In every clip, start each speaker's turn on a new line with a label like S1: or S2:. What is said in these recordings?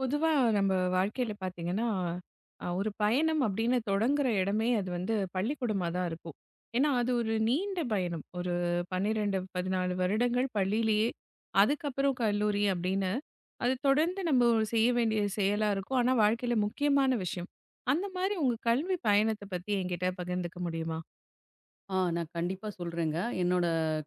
S1: பொதுவா நம்ம வாழ்க்கையில பாத்தீங்கன்னா, ஒரு பயணம் அப்படின்னு தொடங்குற இடமே அது வந்து பள்ளிக்கூடமா தான் இருக்கும். ஏன்னா, அது ஒரு நீண்ட பயணம். ஒரு 12, 14 வருடங்கள் பள்ளியிலேயே, அதுக்கப்புறம் கல்லூரி அப்படின்னு, அது தொடர்ந்து நம்ம ஒரு செய்ய வேண்டிய செயலா இருக்கும். ஆனா, வாழ்க்கையில முக்கியமான விஷயம். அந்த மாரி உங்க கல்வி பயணத்த பத்தி என்கிட்ட பகிர்ந்துக்க முடியுமா?
S2: நான் கண்டிப்பா சொல்றேங்க. என்னோட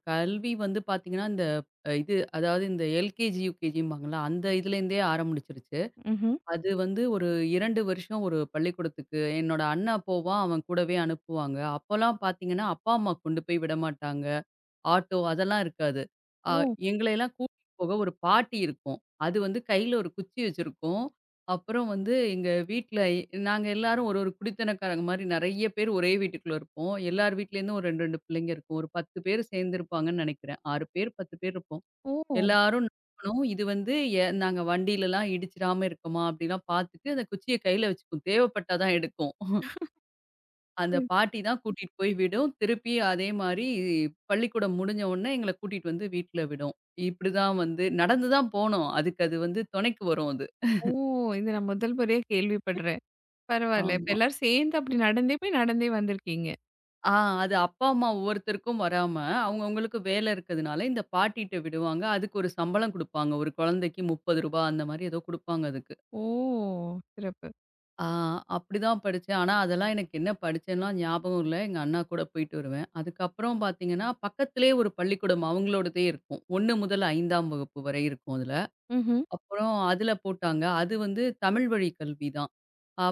S2: கல்வி வந்து பார்த்தீங்கன்னா, இந்த அ இது அதாவது இந்த எல்கேஜி, யுகேஜிம்பாங்கல்ல, அந்த இதுலேருந்தே ஆரம்பிச்சுருச்சு.
S1: ம்ஹ்ம்.
S2: அது வந்து ஒரு 2 வருஷம் ஒரு பள்ளிக்கூடத்துக்கு என்னோட அண்ணன் போவான். அவன் கூடவே அனுப்புவாங்க. அப்போலாம் பார்த்தீங்கன்னா, அப்பா, அம்மா கொண்டு போய் விடமாட்டாங்க. ஆட்டோ அதெல்லாம் இருக்காது. அ
S1: ஓ!
S2: எங்களையெல்லாம் கூட்டிட்டு போக ஒரு பாட்டி இருக்கும். அது வந்து கையில ஒரு குச்சி வச்சிருக்கும். அப்புறம் வந்து எங்க வீட்ல நாங்க எல்லாரும் ஒரு ஒரு குடித்தனக்காரங்க மாரி நெறைய பேர் ஒரே வீட்டுக்குள்ள இருப்போம். எல்லார் வீட்லேருந்தும் ஒரு 2, 2 பிள்ளைங்க இருக்கும். ஒரு 10 பேர் சேர்ந்திருப்பாங்கன்னு நெனைக்கிறேன். 6 பேர் 10 பேர் இருப்போம்.
S1: ஓ!
S2: எல்லாரும் நோண்டணும். இது வந்து நாங்க வண்டியிலலாம் இடிச்சிடாம இருக்கோமா? அப்படிலாம் பார்த்துட்டு அந்த குச்சிய கையில வச்சுக்கும். தேவைப்பட்டா தான் எடுக்கும். அந்த
S1: புரியுது.
S2: பாட்டி தான் கூட்டிட்டு போய் விடும். திருப்பி அதே மாரி பள்ளிக்கூடம் முடிஞ்ச உடனே எங்கள கூட்டிட்டு வந்து வீட்ல விடும். இப்படிதான் வந்து நடந்து தான் போனோம். அதுக்கு அது வந்து துணைக்கு வரும் அது.
S1: ஓ! இது நான் முதல் முறையா கேள்விப்படுறேன். பரவால்ல. இப்ப
S2: ஆமா.
S1: எல்லாரும் சேர்ந்து அப்படி நடந்தே போய் நடந்தே வந்திருக்கீங்க.
S2: ஆ அது அப்பா, அம்மா ஒவ்வொருத்தருக்கும் வராம அவங்கவங்களுக்கு வேலை இருக்கிறதுனால இந்த பாட்டிட்ட விடுவாங்க. அதுக்கு ஒரு சம்பளம் குடுப்பாங்க. ஒரு குழந்தைக்கு ரூ. 30 ரூபாய் அந்த மாரி ஏதோ குடுப்பாங்க அதுக்கு.
S1: ஓ! சிறப்பு.
S2: ஆ அப்படிதான் படிச்சேன். ஆனா, அதெல்லாம் எனக்கு என்ன படிச்சேன்லாம் ஞாபகம் இல்ல. எங்க அண்ணா கூட போயிட்டு வருவேன். அதுக்கப்புறம் பார்த்தீங்கன்னா, பக்கத்திலேயே ஒரு பள்ளிக்கூடம் அவங்களோடதே இருக்கும். 1 முதல் 5ஆம் வகுப்பு வரை இருக்கும் அதுல.
S1: ம்ஹ்ம்.
S2: அப்புறம் அதுல போட்டாங்க. அது வந்து தமிழ் வழி கல்வி தான்.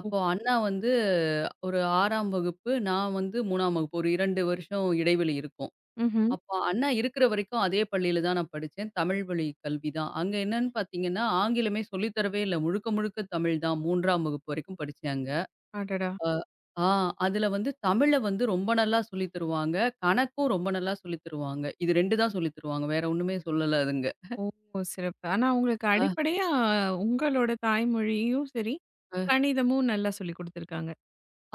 S1: ஓ!
S2: அண்ணா வந்து ஒரு 6ஆம் வகுப்பு, நான் வந்து 3ஆம் வகுப்பு. ஒரு 2 வருஷம் இடைவெளி இருக்கும்.
S1: ம்ஹ்ம்.
S2: அப்போ அண்ணா இருக்கிற வரைக்கும் அதே பள்ளியில தான் நான் படிச்சேன். தமிழ் வழி கல்வி தான். அங்க என்னன்னு பார்த்தீங்கன்னா, ஆங்கிலமே சொல்லி தரவே இல்ல. முழுக்க முழுக்க தமிழ் தான். 3ஆம் வகுப்பு வரைக்கும் படிச்சேன் அங்க.
S1: அடடா!
S2: அ, ஆ அதுல வந்து தமிழ வந்து ரொம்ப நல்லா சொல்லி தருவாங்க. கணக்கும் ரொம்ப நல்லா சொல்லி தருவாங்க. இது 2 தான் சொல்லி தருவாங்க. வேற ஒண்ணுமே சொல்லல அதுங்க.
S1: ஓ! சிறப்பு. ஆனா உங்களுக்கு
S2: அ,
S1: அடிப்படையா உங்களோட தாய்மொழியும் சரி,
S2: அ
S1: கணிதமும் நல்லா சொல்லிக் குடுத்துருக்காங்க.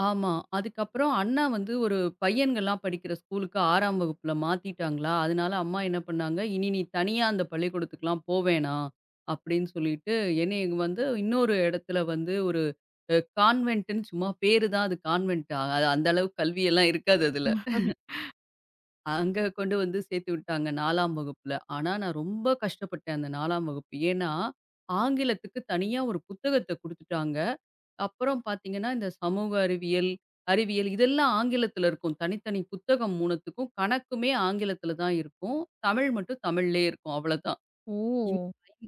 S2: ஆமா. அதுக்கப்புறம் அண்ணா வந்து ஒரு பையன்கள்லாம் படிக்கிற ஸ்கூலுக்கு 6ஆம் வகுப்புல மாத்திட்டாங்களா, அதனால அம்மா என்ன பண்ணாங்க, "இனி நீ தனியா அந்த பள்ளிக்கூடத்துக்குலாம் போ வேணாம்." அப்படின்னு சொல்லிட்டு என்னைய வந்து இன்னொரு இடத்துல வந்து ஒரு கான்வென்ட்டுன்னு சும்மா பேரு தான் அது கான்வென்ட். அந்த அளவுக்கு கல்வியெல்லாம் இருக்காது அதுல. அங்க கொண்டு வந்து சேர்த்து விட்டாங்க 4ஆம் வகுப்புல. ஆனா, நான் ரொம்ப கஷ்டப்பட்டேன் அந்த 4ஆம் வகுப்பு. ஏன்னா, ஆங்கிலத்துக்கு தனியா ஒரு புத்தகத்த குடுத்துட்டாங்க. அப்புறம் பார்த்தீங்கன்னா, இந்த சமூக அறிவியல், அறிவியல் இதெல்லாம் ஆங்கிலத்துல இருக்கும். தனித்தனி புத்தகம் 3த்துக்கும் கணக்குமே ஆங்கிலத்துல தான் இருக்கும். தமிழ் மட்டும் தமிழ்லயே இருக்கும். அவ்வளதான்.
S1: ஓ!
S2: இந்த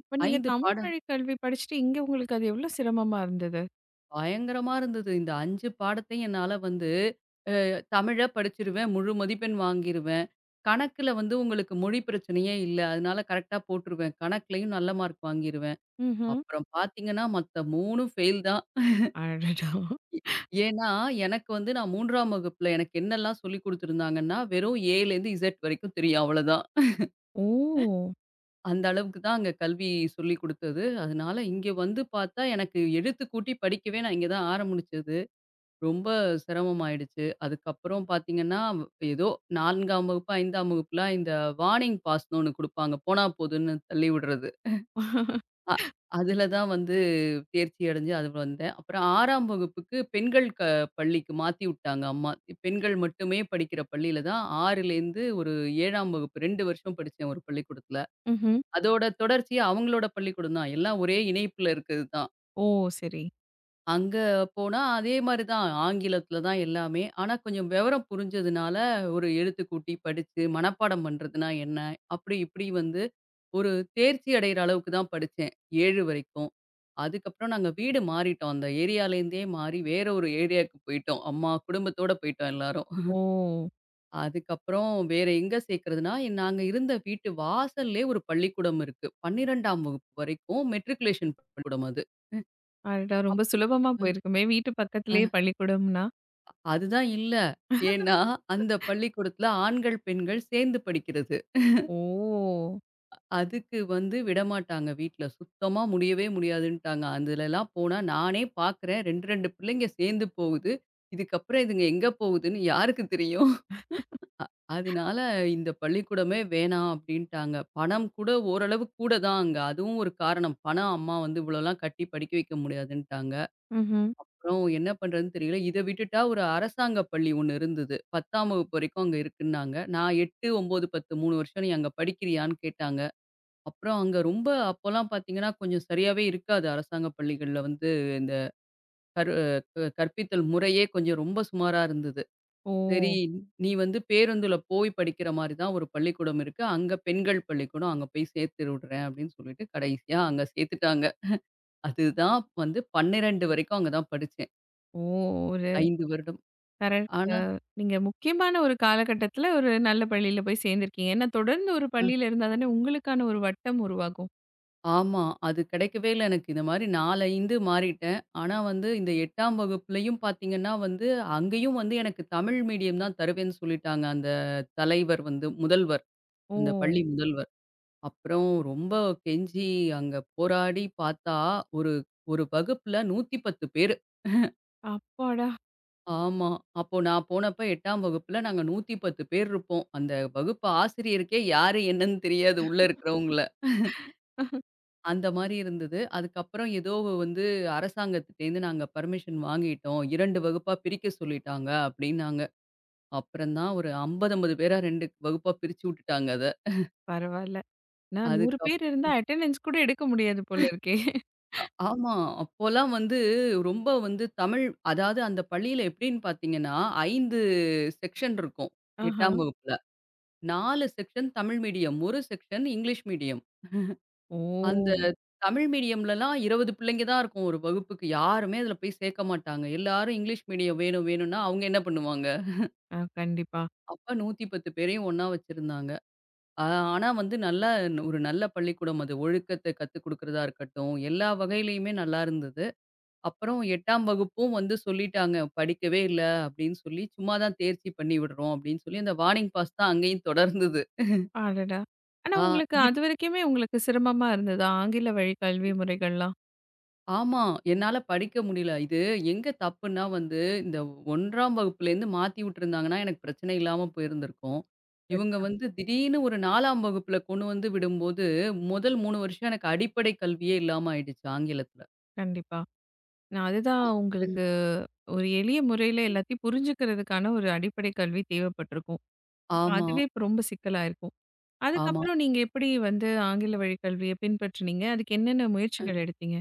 S1: அப்ப நீங்க
S2: 5
S1: தமிழ்
S2: பாடம்
S1: வழி கல்வி படிச்சுட்டு இங்க உங்களுக்கு அது எவ்வளோ சிரமமா இருந்தது?
S2: பயங்கரமா இருந்தது. இந்த 5 பாடத்தையும் என்னால வந்து தமிழ படிச்சிருவேன். முழு மதிப்பெண் வாங்கிருவேன். கணக்குல வந்து உங்களுக்கு மொழி பிரச்சனையே இல்ல. அதனால கரெக்ட்டா போட்டுருவேன். கணக்குலயும் நல்ல மார்க் வாங்கிருவேன்.
S1: ம்ஹ்ம்.
S2: அப்புறம் பார்த்தீங்கன்னா, மத்த 3ம் ஃபெயில் தான்.
S1: அடடா!
S2: ஏ- ஏன்னா, எனக்கு வந்து நான் 3ஆம் வகுப்புல எனக்கு என்னெல்லாம் சொல்லிக் குடுத்துருந்தாங்கன்னா, வெறும் ஏலேருந்து இசட் வரைக்கும் தெரியும் அவ்வளோதான்.
S1: ஓ!
S2: அந்த அளவுக்கு தான் அங்க கல்வி சொல்லிக் குடுத்தது. அதனால இங்க வந்து பார்த்தா, எனக்கு எழுத்து கூட்டி படிக்கவே நான் இங்க தான் ஆரம்பிச்சது. ரொம்ப சிரமமாயிடுச்சு. அதுக்கப்புறம் பார்த்தீங்கன்னா, ஏதோ 4ஆம் வகுப்பு, 5ஆம் வகுப்புலாம் இந்த வார்னிங் பாஸ்ன்னு ஒண்ணு குடுப்பாங்க. போனா போதுன்னு தள்ளி விடுறது. அ அதுல தான் வந்து தேர்ச்சி அடைஞ்சு அது வந்தேன். அப்புறம் 6ஆம் வகுப்புக்கு பெண்கள் பள்ளிக்கு மாத்தி விட்டாங்க அம்மா. பெண்கள் மட்டுமே படிக்கிற பள்ளியில தான் 6லேருந்து ஒரு 7ஆம் வகுப்பு 2 வருஷம் படிச்சேன் ஒரு பள்ளிக்கூடத்துல.
S1: ம்ஹ்ம்.
S2: அதோட தொடர்ச்சி அவங்களோட பள்ளிக்கூடம் தான். எல்லாம் ஒரே இணைப்புல இருக்கிறது தான்.
S1: ஓ! சரி.
S2: அங்க போனா அதே மாரி தான். ஆங்கிலத்தில தான் எல்லாமே. ஆனா கொஞ்சம் விவரம் புரிஞ்சதுனால, ஒரு எழுத்து கூட்டி படிச்சு, மனப்பாடம் பண்றதுனா என்ன? அப்படி இப்படி வந்து ஒரு தேர்ச்சி அடையிற அளவுக்கு தான் படிச்சேன். 7 வரைக்கும். அதுக்கப்புறம் நாங்க வீடு மாறிட்டோம். அந்த ஏரியாலேருந்தே மாறி வேற ஒரு ஏரியாவுக்கு போயிட்டோம். அம்மா குடும்பத்தோட போயிட்டோம் எல்லாரும்.
S1: ஓ!
S2: அதுக்கப்புறம் வேற எங்க சேர்க்கிறதுனா, நாங்க இருந்த வீட்டு வாசல்லயே ஒரு பள்ளிக்கூடம் இருக்கு. 12ஆம் வகுப்பு வரைக்கும் மெட்ரிகுலேஷன் பள்ளிக்கூடம் அது.
S1: அடடா! ரொம்ப
S2: அப்
S1: சுலபமா போயிருக்குமே! வீட்டு பக்கத்திலேயே பள்ளிக்கூடம்னா.
S2: அதுதான் இல்ல. ஏன்னா, அந்த பள்ளிக்கூடத்துல ஆண்கள், பெண்கள் சேர்ந்து படிக்கிறது.
S1: ஓ!
S2: அதுக்கு வந்து விடமாட்டாங்க வீட்ல. சுத்தமா முடியவே முடியாதுன்ட்டாங்க. அதுலலாம் போனா நானே பார்க்குறேன் 2, 2 பிள்ளைங்க சேர்ந்து போகுது. இதுக்கப்புறம் இதுங்க எங்க போகுதுன்னு யாருக்கு தெரியும்? அதனால இந்த பள்ளிக்கூடமே வேணாம் அப்டின்ட்டாங்க. பணம் கூட ஓரளவு கூட தான் அங்க. அதுவும் ஒரு காரணம். பணம் அம்மா வந்து இவ்வளோலாம் கட்டி படிக்க வைக்க முடியாதுன்ட்டாங்க.
S1: ம்ஹ்ம்.
S2: அப்புறம் என்ன பண்றதுன்னு தெரியல. இத விட்டுட்டா ஒரு அரசாங்க பள்ளி ஒண்ணு இருந்தது. 10ஆம் வகுப்பு வரைக்கும் அங்க இருக்குன்னாங்க. நான் 8, 9, 10 3 வருஷம் நீ அங்க படிக்கிறியான்னு கேட்டாங்க. அப்புறம் அங்க ரொம்ப அப்போலாம் பார்த்தீங்கன்னா, கொஞ்சம் சரியாவே இருக்காது. அரசாங்க பள்ளிகள்ல வந்து இந்த கரு அ கற்பித்தல் முறையே கொஞ்சம் ரொம்ப சுமாரா இருந்தது. சரி
S1: ஓ!
S2: நீ வந்து பேருந்துல போய் படிக்கிற மாரி தான் ஒரு பள்ளிக்கூடம் இருக்கு. அங்க பெண்கள் பள்ளிக்கூடம். அங்க போய் சேர்த்து விடுறேன் அப்படின்னு சொல்லிட்டு கடைசியா அங்க சேர்த்துட்டாங்க. அதுதான் வந்து 12 வரைக்கும் அங்க தான் படிச்சேன்.
S1: ஓ! ஒரு
S2: 5 வருடம்.
S1: தர
S2: ஆனா
S1: நீங்க முக்கியமான ஒரு காலகட்டத்துல ஒரு நல்ல பள்ளியில போய் சேர்ந்திருக்கீங்க. ஏன்னா தொடர்ந்து ஒரு பள்ளியில இருந்தா தானே உங்களுக்கான ஒரு வட்டம் உருவாகும்.
S2: ஆமா. அது கிடைக்கவே இல்ல எனக்கு. இந்த மாரி 4, 5 மாறிட்டேன். ஆனா வந்து இந்த 8ஆம் வகுப்புலயும் பார்த்தீங்கன்னா வந்து, அங்கேயும் வந்து எனக்கு தமிழ் மீடியம் தான் தருவேன்னு சொல்லிட்டாங்க. அந்த தலைவர் வந்து முதல்வர்.
S1: ஓ!
S2: அந்த பள்ளி முதல்வர். அப்புறம் ரொம்ப கெஞ்சி அங்க போராடி பார்த்தா, ஒரு ஒரு வகுப்புல 110 பேரு.
S1: அப்பாடா!
S2: ஆமா. அப்போ நான் போனப்ப 8ஆம் வகுப்புல நாங்க 110 பேர் இருப்போம். அந்த வகுப்பு ஆசிரியருக்கே யாரு என்னன்னு தெரியாது உள்ள இருக்கிறவங்கள. அந்த மாரி இருந்தது. அதுக்கப்புறம் ஏதோ வந்து அரசாங்கத்துட்டேருந்து நாங்க பர்மிஷன் வாங்கிட்டோம். 2 வகுப்பா பிரிக்க சொல்லிட்டாங்க அப்டின்னாங்க. அப்புறம் தான் ஒரு 50, 50 பேரா 2 வகுப்பா பிரிச்சு விட்டுட்டாங்க அத.
S1: பரவால்ல. நான் 100
S2: அதுக்கப்
S1: பேர் இருந்தா அட்டெண்டன்ஸ் கூட எடுக்க முடியாது போல இருக்கே!
S2: ஆமா. அப்போலாம் வந்து ரொம்ப வந்து தமிழ் அதாவது அந்த பள்ளியில எப்டின்னு பார்த்தீங்கன்னா, 5 செக்ஷன் இருக்கும்.
S1: ஆஹா.
S2: 8ஆம் வகுப்புல. 4 section Tamil medium, 1 section English medium. அந்த
S1: ஓ!
S2: தமிழ் மீடியம்லலாம் 20 பிள்ளைங்க தான் இருக்கும் ஒரு வகுப்புக்கு. யாருமே அதுல போய் சேர்க்க மாட்டாங்க. எல்லாரும் இங்கிலீஷ் மீடியம் வேணும் வேணும்னா அவங்க என்ன பண்ணுவாங்க?
S1: ஆ, கண்டிப்பா.
S2: அப்ப 110 பேரையும் ஒண்ணா வச்சிருந்தாங்க. ஆ ஆனா வந்து நல்ல ஒரு நல்ல பள்ளிக்கூடம் அது. ஒழுக்கத்த கத்துக் குடுக்கிறதா இருக்கட்டும், எல்லா வகையிலயுமே நல்லா இருந்தது. அப்புறம் 8ஆம் வகுப்பும் வந்து சொல்லிட்டாங்க, "படிக்கவே இல்ல" அப்படின்னு சொல்லி, "சும்மா தான் தேர்ச்சி பண்ணி விடுறோம்" அப்படின்னு சொல்லி அந்த வார்னிங் பாஸ் தான் அங்கேயும் தொடர்ந்தது.
S1: அடடா! ஆனா
S2: ஆ.
S1: உங்களுக்கு அது வரைக்குமே உங்களுக்கு சிரமமா இருந்ததா? ஆங்கில வழி கல்வி முறைகள்லாம்?
S2: ஆமா. என்னால படிக்க முடியல. இது எங்க தப்புன்னா வந்து, இந்த 1ஆம் வகுப்புலேருந்து மாத்தி விட்டுருந்தாங்கன்னா, எனக்கு பிரச்சனை இல்லாம போயிருந்திருக்கும். இவங்க
S1: சரிதான்.
S2: வந்து திடீர்னு ஒரு 4ஆம் வகுப்புல கொண்டு வந்து விடும்போது, முதல் 3 வருஷம் எனக்கு அடிப்படை கல்வியே இல்லாம ஆயிடுச்சு ஆங்கிலத்துல.
S1: கண்டிப்பா. நான் அதுதான்
S2: ம்.
S1: உங்களுக்கு ஒரு எளிய முறையில எல்லாத்தையும் புரிஞ்சுக்கிறதுக்கான ஒரு அடிப்படை கல்வி தேவைப்பட்டிருக்கும். அப்ப
S2: ஆமா,
S1: அதுவே இப்ப ரொம்ப சிக்கலா இருக்கும்.
S2: ஆமா.
S1: அதுக்கப்புறம் நீங்க எப்படி வந்து ஆங்கில வழி கல்விய பின்பற்றினீங்க? அதுக்கு என்னென்ன முயற்சிகள் எடுத்தீங்க?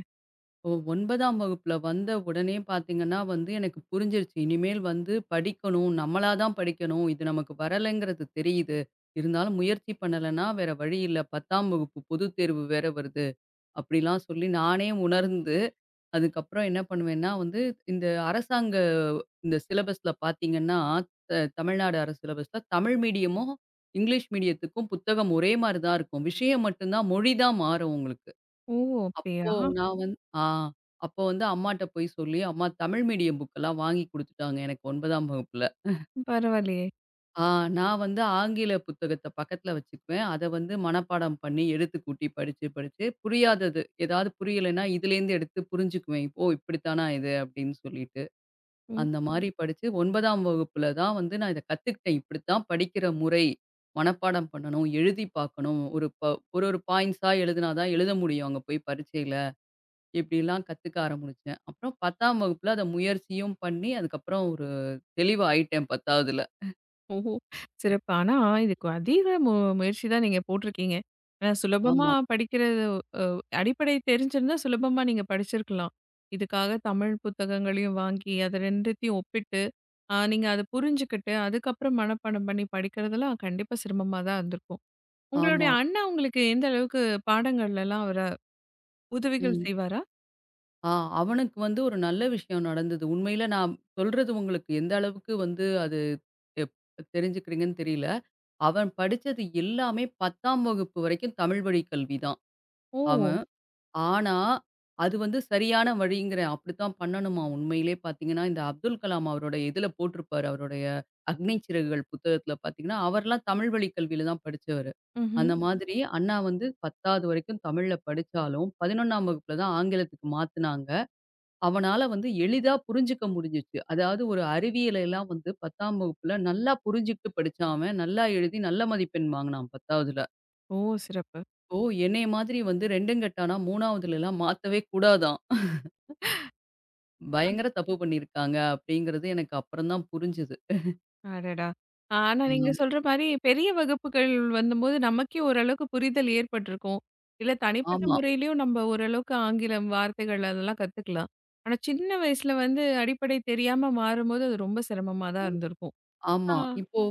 S2: 9ஆம் வகுப்புல வந்த உடனே பார்த்தீங்கன்னா வந்து, எனக்கு புரிஞ்சிருச்சு. இனிமேல் வந்து படிக்கணும், நம்மளா தான் படிக்கணும். இது நமக்கு வரலைங்கிறது தெரியுது. இருந்தாலும் முயற்சி பண்ணலன்னா வேற வழி இல்ல. 10ஆம் வகுப்பு பொதுத் தேர்வு வேற வருது. அப்படிலாம் சொல்லி நானே உணர்ந்து, அதுக்கப்புறம் என்ன பண்ணுவேன்னா வந்து, இந்த அரசாங்க இந்த சிலபஸ்ல பார்த்தீங்கன்னா, த தமிழ்நாடு அரசு சிலபஸ்ல தமிழ் மீடியமும், இங்கிலீஷ் மீடியத்துக்கும் புத்தகம் ஒரே மாரி தான் இருக்கும். விஷயம் மட்டும் தான் மொழி தான் மாறும் உங்களுக்கு.
S1: ஓ!
S2: அப்போ
S1: அப்படியா?
S2: நான் வந்து அப்போ வந்து அம்மாட்ட போய் சொல்லி, அம்மா தமிழ் மீடியம் புக்கெல்லாம் வாங்கி குடுத்துட்டாங்க எனக்கு 9ஆம் வகுப்புல.
S1: பரவாயில்லையே!
S2: ஆ நான் வந்து ஆங்கில புத்தகத்த பக்கத்துல வச்சுக்குவேன். அத வந்து மனப்பாடம் பண்ணி, எடுத்து கூட்டி படிச்சு, படிச்சு புரியாதது ஏதாவது புரியலைன்னா, இதுலேருந்து எடுத்து புரிஞ்சுக்குவேன். "ஓ! இப்படித்தானா இது?" அப்படின்னு சொல்லிட்டு.
S1: ம்.
S2: அந்த மாரி படிச்சு 9ஆம் வகுப்புல தான் வந்து நான் இத கத்துக்கிட்டேன். இப்படித்தான் படிக்கிற முறை. மனப்பாடம் பண்ணணும், எழுதி பார்க்கணும். ஒரு ஒரு பாயிண்ட்ஸா எழுதினா தான் எழுத முடியும் அங்க போய் பரீட்சையில. இப்படிலாம் கத்துக்க ஆரம்பிச்சேன். அப்புறம் 10ஆம் வகுப்புல அத முயற்சியும் பண்ணி, அதுக்கப்புறம் ஒரு தெளிவாயிட்டேன் 10வதுல.
S1: ஓஹோ! சிறப்பு. ஆனா, இதுக்கு அதீத முயற்சி தான் நீங்க போட்டிருக்கீங்க. ஏன்னா சுலபமா
S2: ஆமா,
S1: படிக்கிறது அ அடிப்படை தெரிஞ்சிருந்தா சுலபமா நீங்க படிச்சிருக்கலாம். இதுக்காக தமிழ் புத்தகங்களையும் வாங்கி, அத 2த்தையும் ஒப்பிட்டு, நீங்க அத புரிஞ்சுக்கிட்டு, அதுக்கப்புறம் மனப்பாடம் பண்ணி படிக்கிறதெல்லாம் கண்டிப்பா சிரமமா தான் இருந்திருக்கும். உங்களுடைய
S2: ஆமா.
S1: அண்ணா உங்களுக்கு எந்த அளவுக்கு பாடங்கள்லலாம் அவரு உதவிகள்
S2: ம்.
S1: செய்வாரா?
S2: ஆ அவனுக்கு வந்து ஒரு நல்ல விஷயம் நடந்தது. உண்மையில நான் சொல்றது உங்களுக்கு எந்த அளவுக்கு வந்து அது எப் தெரிஞ்சுக்கிறீங்கன்னு தெரியல. அவன் படிச்சது எல்லாமே 10ஆம் வகுப்பு வரைக்கும் தமிழ் வழி கல்வி தான்
S1: ஓ!
S2: அவன். ஆனா, அது வந்து சரியான வழிங்கிறேன். அப்படித்தான் பண்ணணுமா உண்மையிலே பார்த்தீங்கன்னா, இந்த அப்துல் கலாம் அவரோட இதில போட்டிருப்பாரு. அவருடைய அக்னி சிறகுகள் புத்தகத்தில பார்த்தீங்கன்னா, அவர்லாம் தமிழ் வழி கல்வியில தான் படிச்சவரு.
S1: ம்ஹ்ம்.
S2: அந்த மாதிரி அண்ணா வந்து 10வது வரைக்கும் தமிழ்ல படிச்சாலும், 11ஆம் வகுப்புல தான் ஆங்கிலத்துக்கு மாத்துனாங்க. அவனால வந்து எளிதா புரிஞ்சுக்க முடிஞ்சுச்சு. அதாவது ஒரு அறிவியலை எல்லாம் வந்து 10ஆம் வகுப்புல நல்லா புரிஞ்சுகிட்டு படிச்சான் அவன். நல்லா எழுதி நல்ல மதிப்பெண் வாங்குனான் 10வதுல.
S1: ஓ! சிறப்பு.
S2: ஓ! என்னைய மாதிரி வந்து 2ம் கெட்டானா 3வதுலலாம் மாத்தவே கூடாதாம். பயங்கர தப்பு பண்ணியிருக்காங்க அப்படிங்கிறது எனக்கு அப்புறம் தான் புரிஞ்சுது.
S1: அடடா! ஆனா
S2: ஆமா,
S1: நீங்க சொல்ற மாரி பெரிய வகுப்புகள் வந்தம்போது நமக்கே ஓரளவுக்கு புரிதல் ஏற்பட்டிருக்கும். இல்ல தனிப்பட்ட
S2: ஆமா,
S1: முறையிலயும் நம்ம ஓரளவுக்கு ஆங்கிலம் வார்த்தைகள் அதெல்லாம் கத்துக்கலாம். ஆனா சின்ன வயசுல வந்து அடிப்படை தெரியாம மாறும்போது அது ரொம்ப சிரமமா தான் இருந்திருக்கும். ஆ.
S2: ஆமா. இப்போ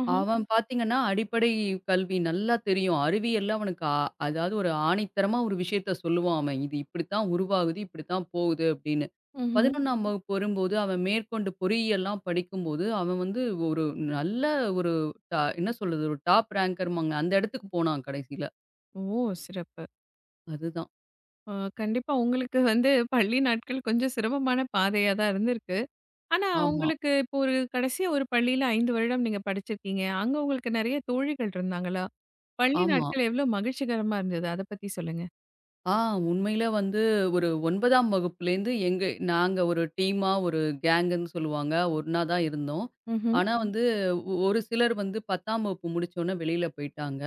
S1: ம்ஹ்ம்.
S2: அவன் பார்த்தீங்கன்னா, அடிப்படை கல்வி நல்லா தெரியும். அறிவியல்ல அவனுக்கு அதாவது ஒரு ஆணித்தரமா ஒரு விஷயத்த சொல்லுவான் அவன். இது இப்படித்தான் உருவாகுது, இப்படித்தான் போகுது அப்படின்னு.
S1: ம்ஹ்ம்.
S2: 11ஆம் வகுப்பு வரும்போது, அவன் மேற்கொண்டு பொறியியல்லாம் படிக்கும்போது, அவன் வந்து ஒரு நல்ல ஒரு என்ன சொல்றது? ஒரு டாப் ரேங்கர்மாங்க. அந்த இடத்துக்கு போனான் கடைசில.
S1: ஓ! சிறப்பு.
S2: அதுதான்.
S1: அ கண்டிப்பா உங்களுக்கு வந்து பள்ளி நாட்கள் கொஞ்சம் சிரமமான பாதையா தான் இருந்திருக்கு. ஆனா,
S2: ஆமா,
S1: உங்களுக்கு இப்போ ஒரு கடைசியா ஒரு பள்ளியில 5 வருடம் நீங்க படிச்சிருக்கீங்க. அங்க உங்களுக்கு நெறைய தோழிகள் இருந்தாங்களா? பள்ளி
S2: ஆமா.
S1: நாட்கள் எவ்ளோ மகிழ்ச்சிகரமா இருந்தது? அத பத்தி சொல்லுங்க.
S2: ஆ உண்மையில வந்து ஒரு 9ஆம் வகுப்புலேருந்து எங்க நாங்க ஒரு டீமா ஒரு கேங்குன்னு சொல்லுவாங்க. ஒண்ணா தான் இருந்தோம்.
S1: ம்ஹ்ம்.
S2: ஆனா வந்து, ஒரு சிலர் வந்து 10ஆம் வகுப்பு முடிச்ச உடனே வெளியில போயிட்டாங்க.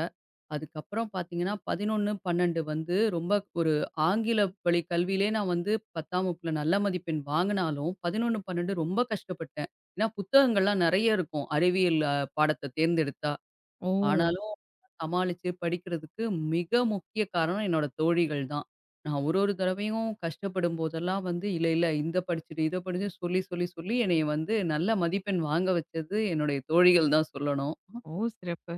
S2: அதுக்கப்புறம் பார்த்தீங்கன்னா, 11, 12 வந்து ரொம்ப ஒரு ஆங்கில வழி கல்வியிலேயே நான் வந்து 10ஆம் வகுப்புல நல்ல மதிப்பெண் வாங்கினாலும், 11, 12 ரொம்ப கஷ்டப்பட்டேன். ஏன்னா புத்தகங்கள்லாம் நெறைய இருக்கும். அறிவியல் பாடத்த தேர்ந்தெடுத்தா.
S1: ஓ!
S2: ஆனாலும் சமாளிச்சு படிக்கிறதுக்கு மிக முக்கிய காரணம் என்னோட தோழிகள் தான். நான் ஒரு ஒரு தடவையும் கஷ்டப்படும் போதெல்லாம் வந்து, "இல்ல இல்ல இத படிச்சுடு, இத படிச்சுடு" சொல்லி சொல்லி சொல்லி என்னைய வந்து நல்ல மதிப்பெண் வாங்க வச்சது என்னுடைய தோழிகள் தான் சொல்லணும்.
S1: ஓ! சிறப்பு.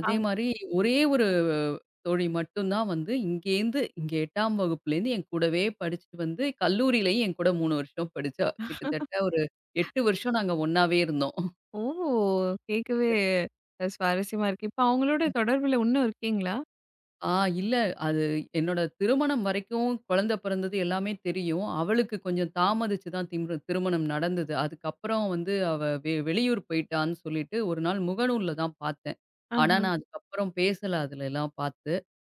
S1: அ
S2: மாரி ஒரே ஒரு தோழி மட்டும் தான் வந்து இங்கேருந்து இங்க 8ஆம் வகுப்புலேருந்து என் கூடவே படிச்சுட்டு வந்து கல்லூரியிலயும் என் கூட 3 வருஷம் படிச்சா. கிட்டத்தட்ட ஒரு 8 வருஷம் நாங்க ஒண்ணாவே இருந்தோம்.
S1: ஓ! கேட்கவே சுவாரஸ்யமா இருக்கு. இப்ப அவங்களோட தொடர்புல இன்னும் இருக்கீங்களா?
S2: ஆ இல்ல அது என்னோட திருமணம் வரைக்கும் குழந்தை பிறந்தது எல்லாமே தெரியும். அவளுக்கு கொஞ்சம் தாமதிச்சு தான் திருமணம் நடந்தது. அதுக்கப்புறம் வந்து அவ வெ வெளியூர் போயிட்டான்னு சொல்லிட்டு ஒரு நாள் முகநூல்ல தான் பார்த்தேன். ஆனா
S1: ஆஹ.
S2: நான் அதுக்கப்புறம் பேசல அதுலலாம் பார்த்து.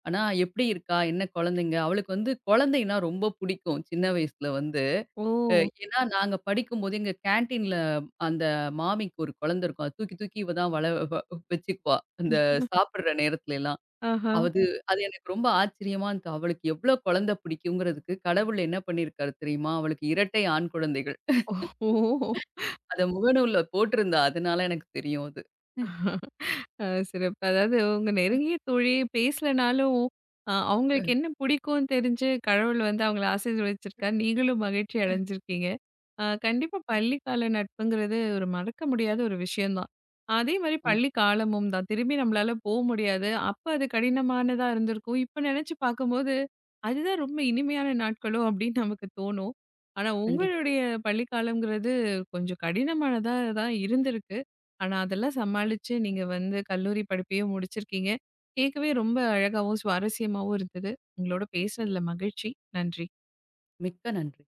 S2: ஆனா, எப்படி இருக்கா? என்ன குழந்தைங்க? அவளுக்கு வந்து குழந்தைன்னா ரொம்ப புடிக்கும். சின்ன வயசுல வந்து. அ
S1: ஓ!
S2: ஏன்னா, நாங்க படிக்கும்போது எங்க கேன்டீன்ல அந்த மாமிக்கு ஒரு குழந்தை இருக்கும். அத தூக்கி தூக்கி இவ தான் வள வ வச்சுக்குவா. அந்த சாப்பிடுற நேரத்துலலாம்.
S1: ஆஹா.
S2: அது அது எனக்கு ரொம்ப ஆச்சரியமா இருந்தது. அவளுக்கு எவ்ளோ குழந்தை பிடிக்குங்கிறதுக்கு கடவுள் என்ன பண்ணியிருக்காரு தெரியுமா? அவளுக்கு இரட்டை ஆண் குழந்தைகள்.
S1: ஓ! ஓ.
S2: அத முகநூல்ல போட்டிருந்தா. அதனால எனக்கு தெரியும் அது.
S1: சிறப்பு. அதாவது உங்க நெருங்கிய தோழி பேசலனாலும், அவங்களுக்கு
S2: அ.
S1: என்ன பிடிக்கும்னு தெரிஞ்சு கடவுள் வந்து அவங்கள ஆசீர்வதிச்சிருக்காரு. நீங்களும் மகிழ்ச்சி அடைஞ்சிருக்கீங்க. கண்டிப்பா பள்ளி கால நட்புங்கிறது ஒரு மறக்க முடியாத ஒரு விஷயம் தான். அதே மாரி பள்ளி காலமும் தான். திரும்பி நம்மளால போ முடியாது. அப்ப அது கடினமானதா இருந்திருக்கும். இப்ப நெனச்சு பார்க்கும்போது, அதுதான் ரொம்ப இனிமையான நாட்களோ அப்படின்னு நமக்கு தோணும். ஆனா
S2: கண்டிப்பா.
S1: உங்களுடைய பள்ளி காலம்ங்கிறது கொஞ்சம் கடினமானதா தான் இருந்திருக்கு. ஆனா, அதெல்லாம் சமாளிச்சு நீங்க வந்து கல்லூரி படிப்பையும் முடிச்சிருக்கீங்க. கேட்கவே ரொம்ப அழகாவும், சுவாரஸ்யமாவும் இருந்தது. உங்களோட பேசுனதுல மகிழ்ச்சி. நன்றி.
S2: மிக்க நன்றி.